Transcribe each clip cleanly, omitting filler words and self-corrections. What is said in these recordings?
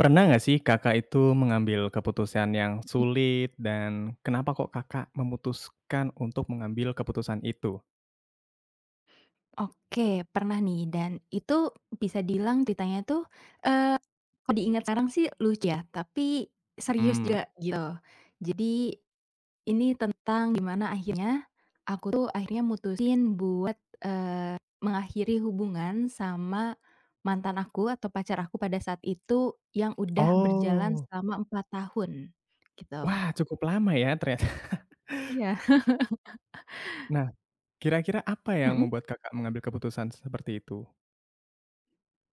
Pernah nggak sih Kakak itu mengambil keputusan yang sulit dan kenapa kok Kakak memutuskan untuk mengambil keputusan itu? Oke, pernah nih dan itu bisa dibilang ceritanya tuh, eee, kalau diingat sekarang sih lucu ya, tapi serius Mhm. juga gitu. Jadi ini tentang gimana akhirnya aku tuh akhirnya mutusin buat, eee, mengakhiri hubungan sama mantan aku atau pacar aku pada saat itu yang udah berjalan Oh, selama 4 tahun, gitu. wah cukup lama ya ternyata. Iya, Nah, kira-kira apa yang mhm. membuat Kakak mengambil keputusan seperti itu?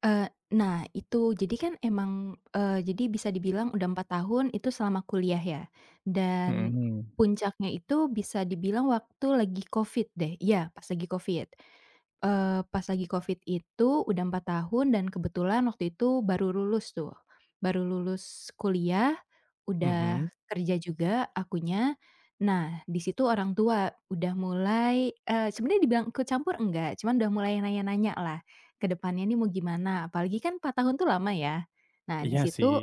Nah itu, jadi kan emang, jadi bisa dibilang udah 4 tahun itu selama kuliah ya, dan Mhm, puncaknya itu bisa dibilang waktu lagi Covid deh, iya pas lagi Covid. Pas lagi Covid itu udah 4 tahun dan kebetulan waktu itu baru lulus tuh, baru lulus kuliah, udah mhm. kerja juga akunya. Nah di situ orang tua udah mulai, sebenarnya dibilang ikut campur enggak, cuman udah mulai nanya-nanya lah ke depannya nih mau gimana? Apalagi kan 4 tahun tuh lama ya. Nah, di Iya sih. situ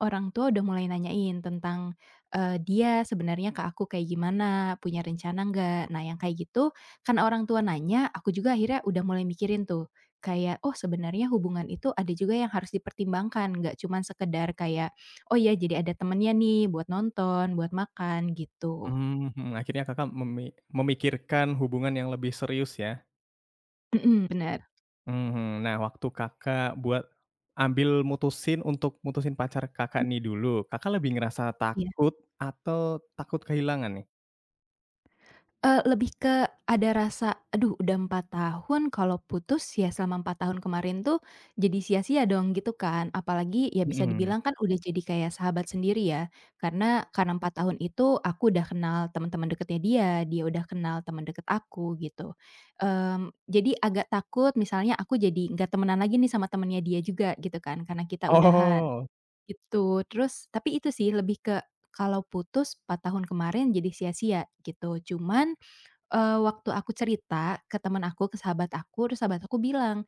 orang tua udah mulai nanyain tentang, dia sebenarnya ke aku kayak gimana, punya rencana nggak? Nah, yang kayak gitu, karena orang tua nanya, aku juga akhirnya udah mulai mikirin tuh, kayak, "Oh, sebenarnya hubungan itu ada juga yang harus dipertimbangkan, nggak cuman sekedar kayak, 'Oh ya, jadi ada temennya nih buat nonton, buat makan,' gitu." Mmm, mhm, akhirnya Kakak memikirkan hubungan yang lebih serius ya? Mhm, bener. Mhm. Nah, waktu Kakak buat ambil mutusin untuk mutusin pacar Kakak nih dulu, Kakak lebih ngerasa Mmm. takut atau takut kehilangan nih? Lebih ke ada rasa, "Aduh udah 4 tahun kalau putus ya selama 4 tahun kemarin tuh jadi sia-sia dong," gitu kan. Apalagi ya bisa Mhm. dibilang kan udah jadi kayak sahabat sendiri ya. Karena 4 tahun itu aku udah kenal teman-teman dekatnya dia, dia udah kenal teman dekat aku gitu. Mmm, jadi agak takut misalnya aku jadi nggak temenan lagi nih sama temennya dia juga gitu kan, karena kita udahan, Oh. gitu. Terus tapi itu sih lebih ke kalau putus 4 tahun kemarin jadi sia-sia gitu. Cuman, waktu aku cerita ke temen aku, ke sahabat aku, terus sahabat aku bilang,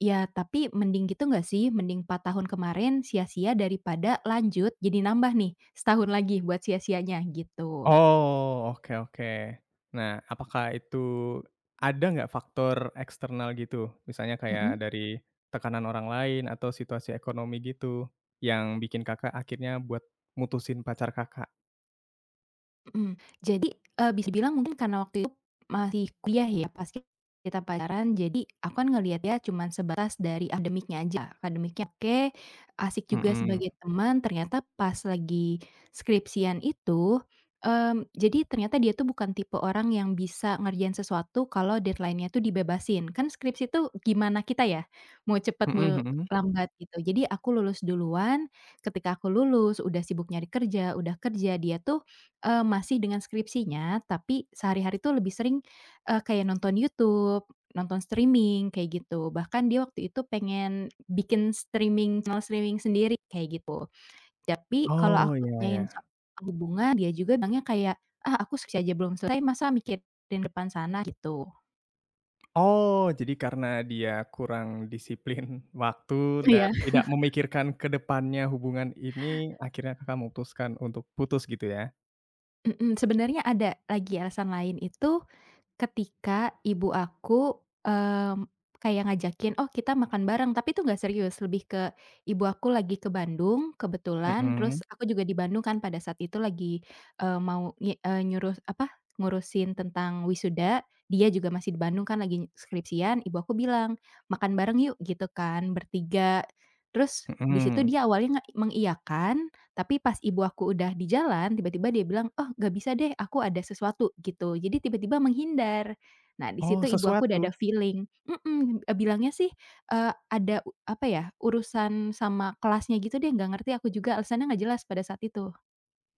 "Ya tapi mending gitu nggak sih? Mending 4 tahun kemarin sia-sia daripada lanjut jadi nambah nih setahun lagi buat sia-sianya," gitu. Oh, oke oke. Nah, apakah itu ada nggak faktor eksternal gitu? Misalnya kayak Mhm. dari tekanan orang lain atau situasi ekonomi gitu, yang bikin Kakak akhirnya buat mutusin pacar Kakak? Mhm. Jadi, bisa dibilang mungkin karena waktu itu masih kuliah ya, pas kita pacaran, jadi aku kan ngelihat dia cuman sebatas dari akademiknya aja, akademiknya oke, asik juga Mhm. sebagai teman, ternyata pas lagi skripsian itu, mmm, jadi ternyata dia tuh bukan tipe orang yang bisa ngerjain sesuatu kalau deadline-nya tuh dibebasin. Kan skripsi tuh gimana kita ya, mau cepat, mau Mhm mhm. lambat gitu. Jadi aku lulus duluan, ketika aku lulus, udah sibuk nyari kerja, udah kerja, dia tuh masih dengan skripsinya, tapi sehari-hari tuh lebih sering, kayak nonton YouTube, nonton streaming, kayak gitu. Bahkan dia waktu itu pengen bikin streaming channel streaming sendiri, kayak gitu. Tapi kalau Oh, aku iya tanyain iya. soal hubungan, dia juga bilangnya kayak, "Ah, aku skripsi aja belum selesai, masa mikirin depan sana?" Gitu. Oh, jadi karena dia kurang disiplin waktu dan Iya, tidak memikirkan ke depannya hubungan ini, akhirnya Kakak memutuskan untuk putus gitu ya? mhm, sebenarnya ada lagi alasan lain itu. Ketika ibu aku, mmm, kayak ngajakin, "Oh kita makan bareng," tapi itu nggak serius, lebih ke ibu aku lagi ke Bandung kebetulan, Mhm terus aku juga di Bandung kan pada saat itu lagi, mau nyuruh apa, ngurusin tentang wisuda, dia juga masih di Bandung kan lagi skripsian, ibu aku bilang, "Makan bareng yuk," gitu kan bertiga. Terus di situ mhm. dia awalnya mengiyakan, tapi pas ibu aku udah di jalan, tiba-tiba dia bilang, "Oh nggak bisa deh, aku ada sesuatu," gitu. Jadi tiba-tiba menghindar. Nah di Oh, situ ibu aku udah ada sesuatu? feeling mhm, bilangnya sih, ada apa ya, urusan sama kelasnya gitu deh, nggak ngerti aku juga alasannya nggak jelas pada saat itu.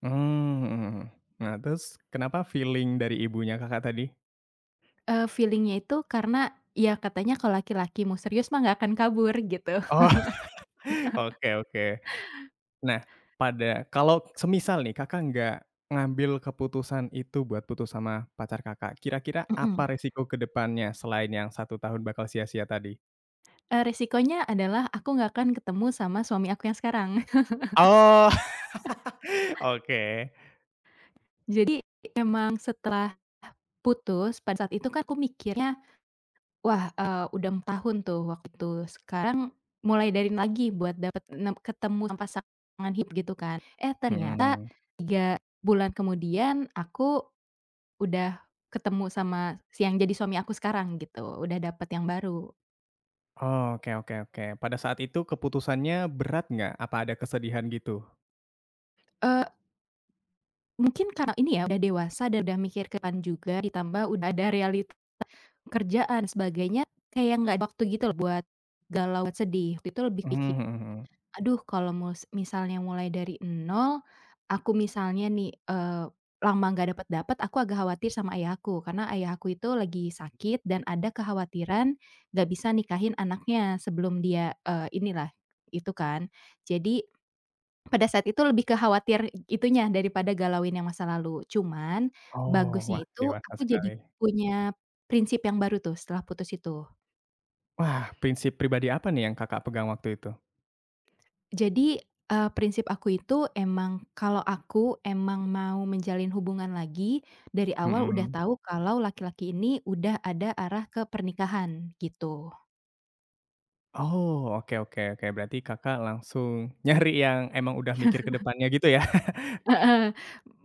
Mmm, mhm. Nah, terus kenapa feeling dari ibunya Kakak tadi? Feeling itu karena ya katanya kalau laki-laki mau serius mah nggak akan kabur gitu. Oh, oke oke. Nah, pada kalau semisal nih Kakak nggak ngambil keputusan itu buat putus sama pacar Kakak, kira-kira Mhm, apa resiko ke depannya selain yang satu tahun bakal sia-sia tadi? Resikonya adalah aku nggak akan ketemu sama suami aku yang sekarang. Oh. Oke. Jadi emang setelah putus, pada saat itu kan aku mikirnya, "Wah, udah 4 tahun tuh waktu itu. Sekarang mulai dari lagi buat dapet nem ketemu sama pasangan hidup gitu kan." Eh, ternyata Mhm. 3 bulan kemudian aku udah ketemu sama si yang jadi suami aku sekarang gitu, udah dapet yang baru. Oke oke oke. Pada saat itu keputusannya berat nggak? Apa ada kesedihan gitu? Eee, Mungkin karena ini ya udah dewasa dan udah mikir ke depan juga ditambah udah ada kerjaan sebagainya, kayak nggak ada waktu gitu loh buat galau, buat sedih. Waktu itu lebih Mmm, mhm mhm. aduh, kalau misalnya mulai dari 0, aku misalnya nih, lama nggak dapet-dapet, aku agak khawatir sama ayahku. Karena ayahku itu lagi sakit dan ada kekhawatiran nggak bisa nikahin anaknya sebelum dia, inilah, itu kan. Jadi, pada saat itu lebih kekhawatir itunya daripada galauin yang masa lalu. Cuman, Oh, wah bagusnya itu dewasa aku jadi sekali. punya prinsip yang baru tuh setelah putus itu. Wah, prinsip pribadi apa nih yang Kakak pegang waktu itu? Jadi, prinsip aku itu emang kalau aku emang mau menjalin hubungan lagi, dari awal udah Mhm. tahu kalau laki-laki ini udah ada arah ke pernikahan, gitu. Oh, oke oke oke. Berarti Kakak langsung nyari yang emang udah mikir ke depannya gitu ya? Heeh,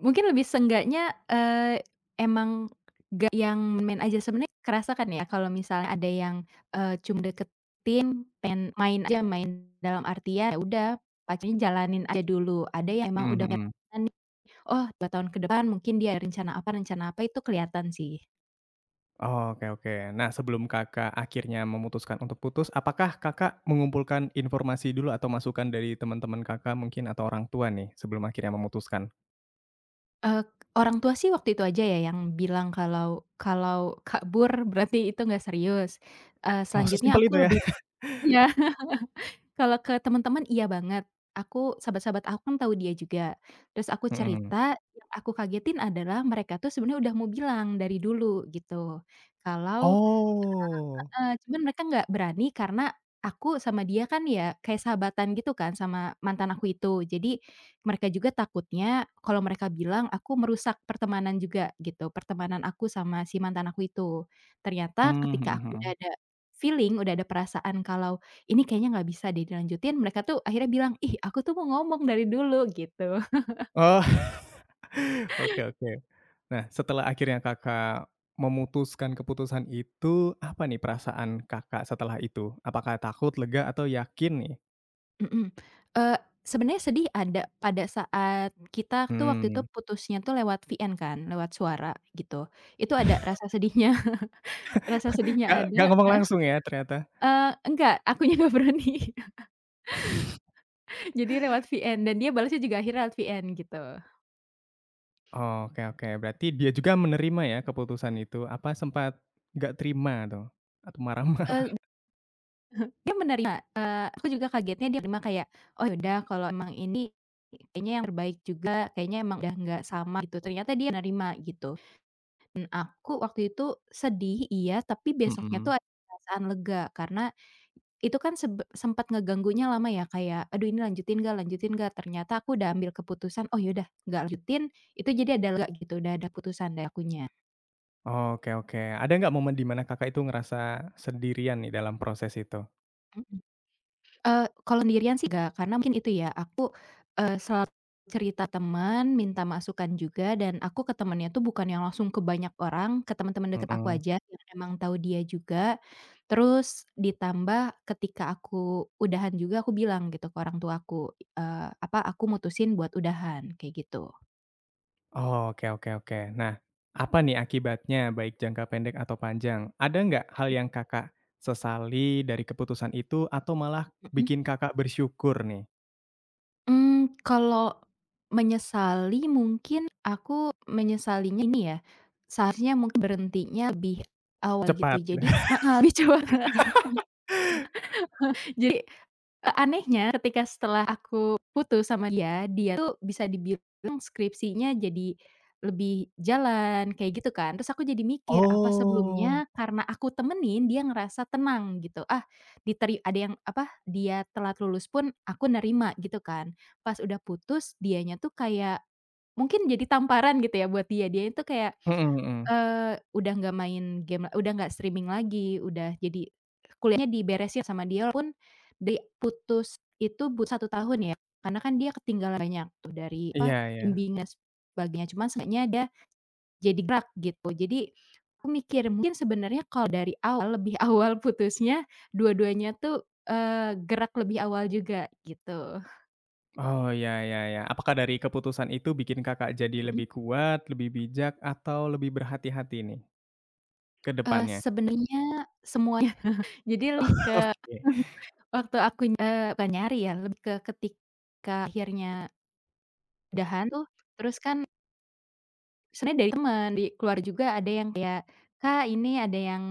mungkin lebih seenggaknya, emang nggak yang main aja. Sebenarnya kerasa kan ya kalau misalnya ada yang, cuma deketin, pengen main aja, main dalam artian, ya udah pacarnya jalanin aja dulu. Ada yang emang Mhm udah punya, mhm. "Oh 2 tahun ke depan mungkin dia ada rencana apa rencana apa," itu kelihatan sih. Oh, oke oke. Nah, sebelum Kakak akhirnya memutuskan untuk putus, apakah Kakak mengumpulkan informasi dulu atau masukan dari teman-teman Kakak mungkin atau orang tua nih sebelum akhirnya memutuskan? Eee, Orang tua sih waktu itu aja ya yang bilang kalau kalau kabur berarti itu nggak serius. Oh, Selanjutnya sesimpel aku itu ya? lebih ya. Kalau ke teman-teman iya banget. Aku sahabat-sahabat aku kan tahu dia juga. Terus aku Mhm. cerita, yang aku kagetin adalah mereka tuh sebenarnya udah mau bilang dari dulu gitu. Kalau Oh. heeh, cuman mereka nggak berani karena aku sama dia kan ya kayak sahabatan gitu kan sama mantan aku itu. Jadi mereka juga takutnya kalau mereka bilang aku merusak pertemanan juga gitu, pertemanan aku sama si mantan aku itu. Ternyata Mmm, mhm ketika aku udah mhm. ada feeling, udah ada perasaan kalau ini kayaknya nggak bisa deh dilanjutin, mereka tuh akhirnya bilang, "Ih, aku tuh mau ngomong dari dulu," gitu. Oh, oke oke. Nah, setelah akhirnya Kakak memutuskan keputusan itu, apa nih perasaan Kakak setelah itu? Apakah takut, lega, atau yakin nih? Mhm, eee, sebenarnya sedih ada pada saat kita tuh waktu itu Hmm. putusnya tuh lewat VN kan, lewat suara gitu. Itu ada rasa sedihnya rasa sedihnya Gak nggak ada ngomong heeh, langsung ya ternyata? Enggak, akunya nggak berani. Jadi lewat VN dan dia balasnya juga akhirnya lewat VN gitu. Oke oke, berarti dia juga menerima ya keputusan itu? Apa sempat nggak terima tuh? Atau marah-marah? Eee, Dia menerima, aku juga kagetnya dia terima kayak, "Oh ya udah kalau emang ini kayaknya yang terbaik juga, kayaknya emang udah nggak sama," gitu. Ternyata dia nerima gitu. Mmm, aku waktu itu sedih, iya, tapi besoknya Mhm. tuh ada perasaan lega karena itu kan sempat ngeganggunya lama ya, kayak, "Aduh ini lanjutin nggak lanjutin nggak?" Ternyata aku udah ambil keputusan, "Oh yaudah nggak lanjutin," itu jadi ada lega gitu, udah ada putusan dari akunya. Oke oke, ada nggak momen di mana Kakak itu ngerasa sendirian nih dalam proses itu? Mhm. Kalau sendirian sih nggak, karena mungkin itu ya, aku, selalu cerita teman, minta masukan juga, dan aku ke temennya tuh bukan yang langsung ke banyak orang, ke teman-teman deket aku Mhm. aja yang emang tahu dia juga. Terus ditambah ketika aku udahan juga aku bilang gitu ke orang tua aku, aku mutusin buat udahan, kayak gitu. Oke oke oke. Nah, apa nih akibatnya baik jangka pendek atau panjang? Ada nggak hal yang Kakak sesali dari keputusan itu atau malah Mhm. bikin Kakak bersyukur nih? Mmm, kalau menyesali mungkin aku menyesalinya ini ya, seharusnya mungkin berhentinya lebih awal Cepat gitu. gitu. Jadi heeh, lebih cepat. Jadi, anehnya ketika setelah aku putus sama dia, dia tuh bisa dibilang skripsinya jadi lebih jalan, kayak gitu kan. Terus aku jadi mikir, apa Oh, sebelumnya karena aku temenin dia ngerasa tenang gitu, ah, diteri ada yang apa, dia telat lulus pun aku nerima gitu kan. Pas udah putus dianya tuh kayak mungkin jadi tamparan gitu ya buat dia, dia itu kayak, mhm mhm. Udah nggak main game udah nggak streaming lagi, udah jadi kuliahnya diberesin sama dia walaupun di putus itu but 1 tahun ya, karena kan dia ketinggalan banyak tuh dari apa, Iya iya. bimbingan dan sebagainya, cuman seenggaknya dia jadi gerak gitu. Jadi aku mikir mungkin sebenarnya kalau dari awal, lebih awal putusnya, dua-duanya tuh, gerak lebih awal juga gitu. Oh, ya ya ya. Apakah dari keputusan itu bikin Kakak jadi Mhm, lebih kuat, lebih bijak, atau lebih berhati-hati nih ke depannya? sebenarnya semuanya, jadi lebih ke Oke. waktu aku, bukan nyari ya, lebih ke ketika akhirnya udahan tuh, terus kan sebenarnya dari teman, di keluar juga ada yang kayak, "Kak, ini ada yang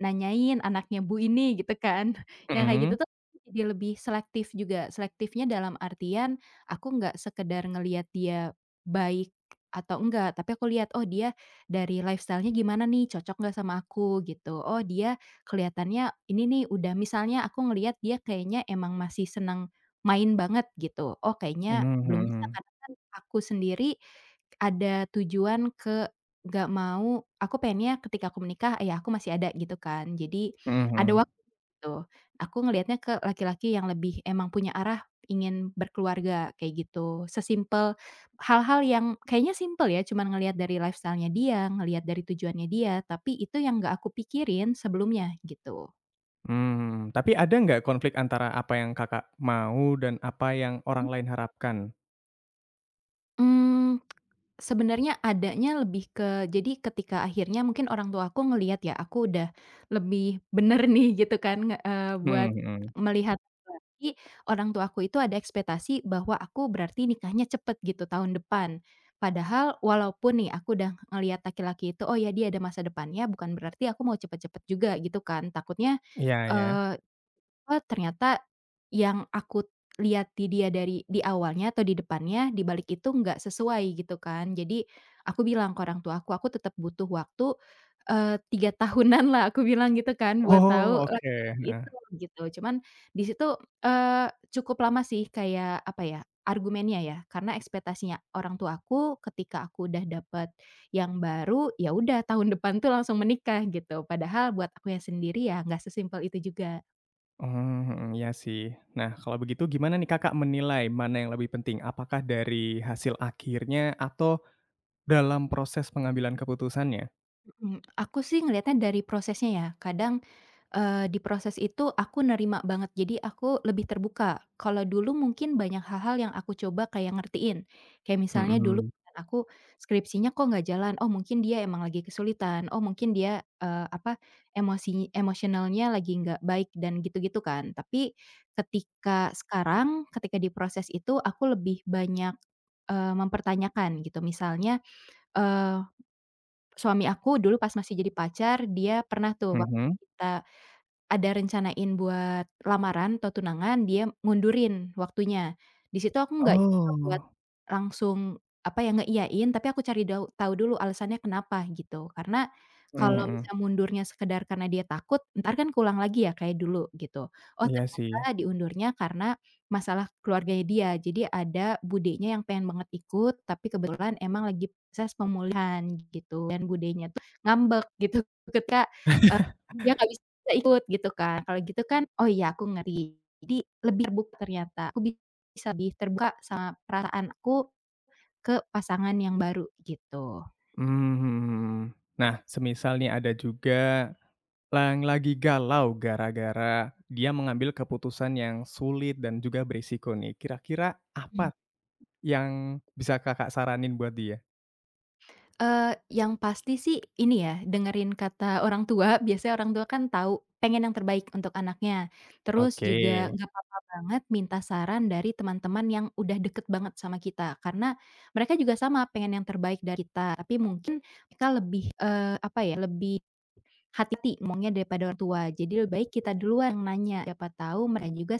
nanyain anaknya Bu ini," gitu kan. Yang kayak gitu Mhm. tuh jadi lebih selektif juga. Selektifnya dalam artian aku nggak sekedar ngelihat dia baik atau enggak, tapi aku lihat, "Oh, dia dari lifestyle-nya gimana nih, cocok nggak sama aku?" Gitu. "Oh, dia kelihatannya ini nih udah," misalnya aku ngelihat dia kayaknya emang masih senang main banget gitu, "Oh, kayaknya Mmm, belum bisa." mhm. Karena kan aku sendiri ada tujuan ke gak mau aku pengennya ketika aku menikah, ya aku masih ada gitu kan. Jadi Mhm ada mhm. waktu gitu. Aku ngelihatnya ke laki-laki yang lebih emang punya arah ingin berkeluarga kayak gitu. Sesimpel hal-hal yang kayaknya simpel ya, cuman ngelihat dari lifestyle-nya dia, ngelihat dari tujuannya dia, tapi itu yang gak aku pikirin sebelumnya gitu. Mmm, tapi ada nggak konflik antara apa yang Kakak mau dan apa yang orang lain harapkan? Mhm. Sebenarnya adanya lebih ke jadi ketika akhirnya mungkin orang tua aku ngelihat ya aku udah lebih bener nih gitu kan buat Mhm mhm. melihat lagi, orang tua aku itu ada ekspektasi bahwa aku berarti nikahnya cepet gitu tahun depan. Padahal walaupun nih aku udah ngelihat laki-laki itu, oh ya dia ada masa depannya bukan berarti aku mau cepet-cepet juga gitu kan. Takutnya, Iya ya. eh, oh, ternyata yang aku lihat di dia dari di awalnya atau di depannya, di balik itu nggak sesuai gitu kan. Jadi aku bilang ke orang tua aku tetap butuh waktu, eh, 3 tahunan lah, aku bilang gitu kan buat Oh, tahu oke, laki-laki heeh. itu gitu. Cuman di situ, cukup lama sih kayak apa ya, argumennya ya, karena ekspektasinya orang tua aku ketika aku udah dapet yang baru, ya udah tahun depan tuh langsung menikah gitu. Padahal buat aku yang sendiri ya nggak sesimpel itu juga. Mmm, mhm, iya sih. Nah, kalau begitu gimana nih Kakak menilai mana yang lebih penting? Apakah dari hasil akhirnya atau dalam proses pengambilan keputusannya? Mmm, aku sih ngelihatnya dari prosesnya ya. Kadang, di proses itu aku nerima banget, jadi aku lebih terbuka. Kalau dulu mungkin banyak hal-hal yang aku coba kayak ngertiin. Kayak misalnya dulu Mhm, kan aku skripsinya kok nggak jalan, oh mungkin dia emang lagi kesulitan, oh mungkin dia, emosionalnya lagi nggak baik dan gitu-gitu kan. Tapi ketika sekarang, ketika di proses itu aku lebih banyak, mempertanyakan gitu. Misalnya, eee suami aku dulu pas masih jadi pacar, dia pernah tuh waktu mhm. kita ada rencanain buat lamaran atau tunangan, dia ngundurin waktunya. Di situ aku nggak coba buat Oh, langsung, apa ya, ngeiyain, tapi aku cari tahu dulu alasannya kenapa, gitu. Karena mhm kalau mhm. misal mundurnya sekedar karena dia takut, ntar kan keulang lagi ya kayak dulu, gitu. Oh, Iya sih. ternyata diundurnya karena masalah keluarganya dia. Jadi ada budenya yang pengen banget ikut, tapi kebetulan emang lagi proses pemulihan, gitu, dan budenya tuh ngambek gitu ketika, eee, dia nggak bisa nggak ikut gitu kan, kalau gitu kan, oh iya aku ngeri. Jadi lebih terbuka ternyata, aku bisa lebih terbuka sama perasaan aku ke pasangan yang baru gitu, Mmm, mhm mhm. Nah, semisal nih ada juga yang lagi galau gara-gara dia mengambil keputusan yang sulit dan juga berisiko nih, kira-kira mhm. apa yang bisa Kakak saranin buat dia? Eee, yang pasti sih ini ya, dengerin kata orang tua, biasanya orang tua kan tahu pengen yang terbaik untuk anaknya. Terus Oke. juga nggak apa-apa banget minta saran dari teman-teman yang udah deket banget sama kita, karena mereka juga sama pengen yang terbaik dari kita, tapi mungkin mereka lebih, lebih hati-hati ngomongnya daripada orang tua. Jadi lebih baik kita duluan yang nanya, siapa tahu mereka juga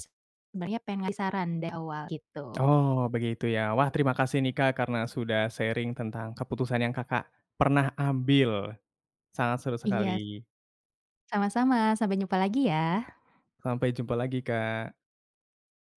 sebenarnya pengen ngasih saran dari awal gitu. Oh, begitu ya. Wah, terima kasih nih, Kak, karena sudah sharing tentang keputusan yang Kakak pernah ambil. Sangat seru Iya, sekali. sama-sama, sampai jumpa lagi ya. Sampai jumpa lagi, Kak.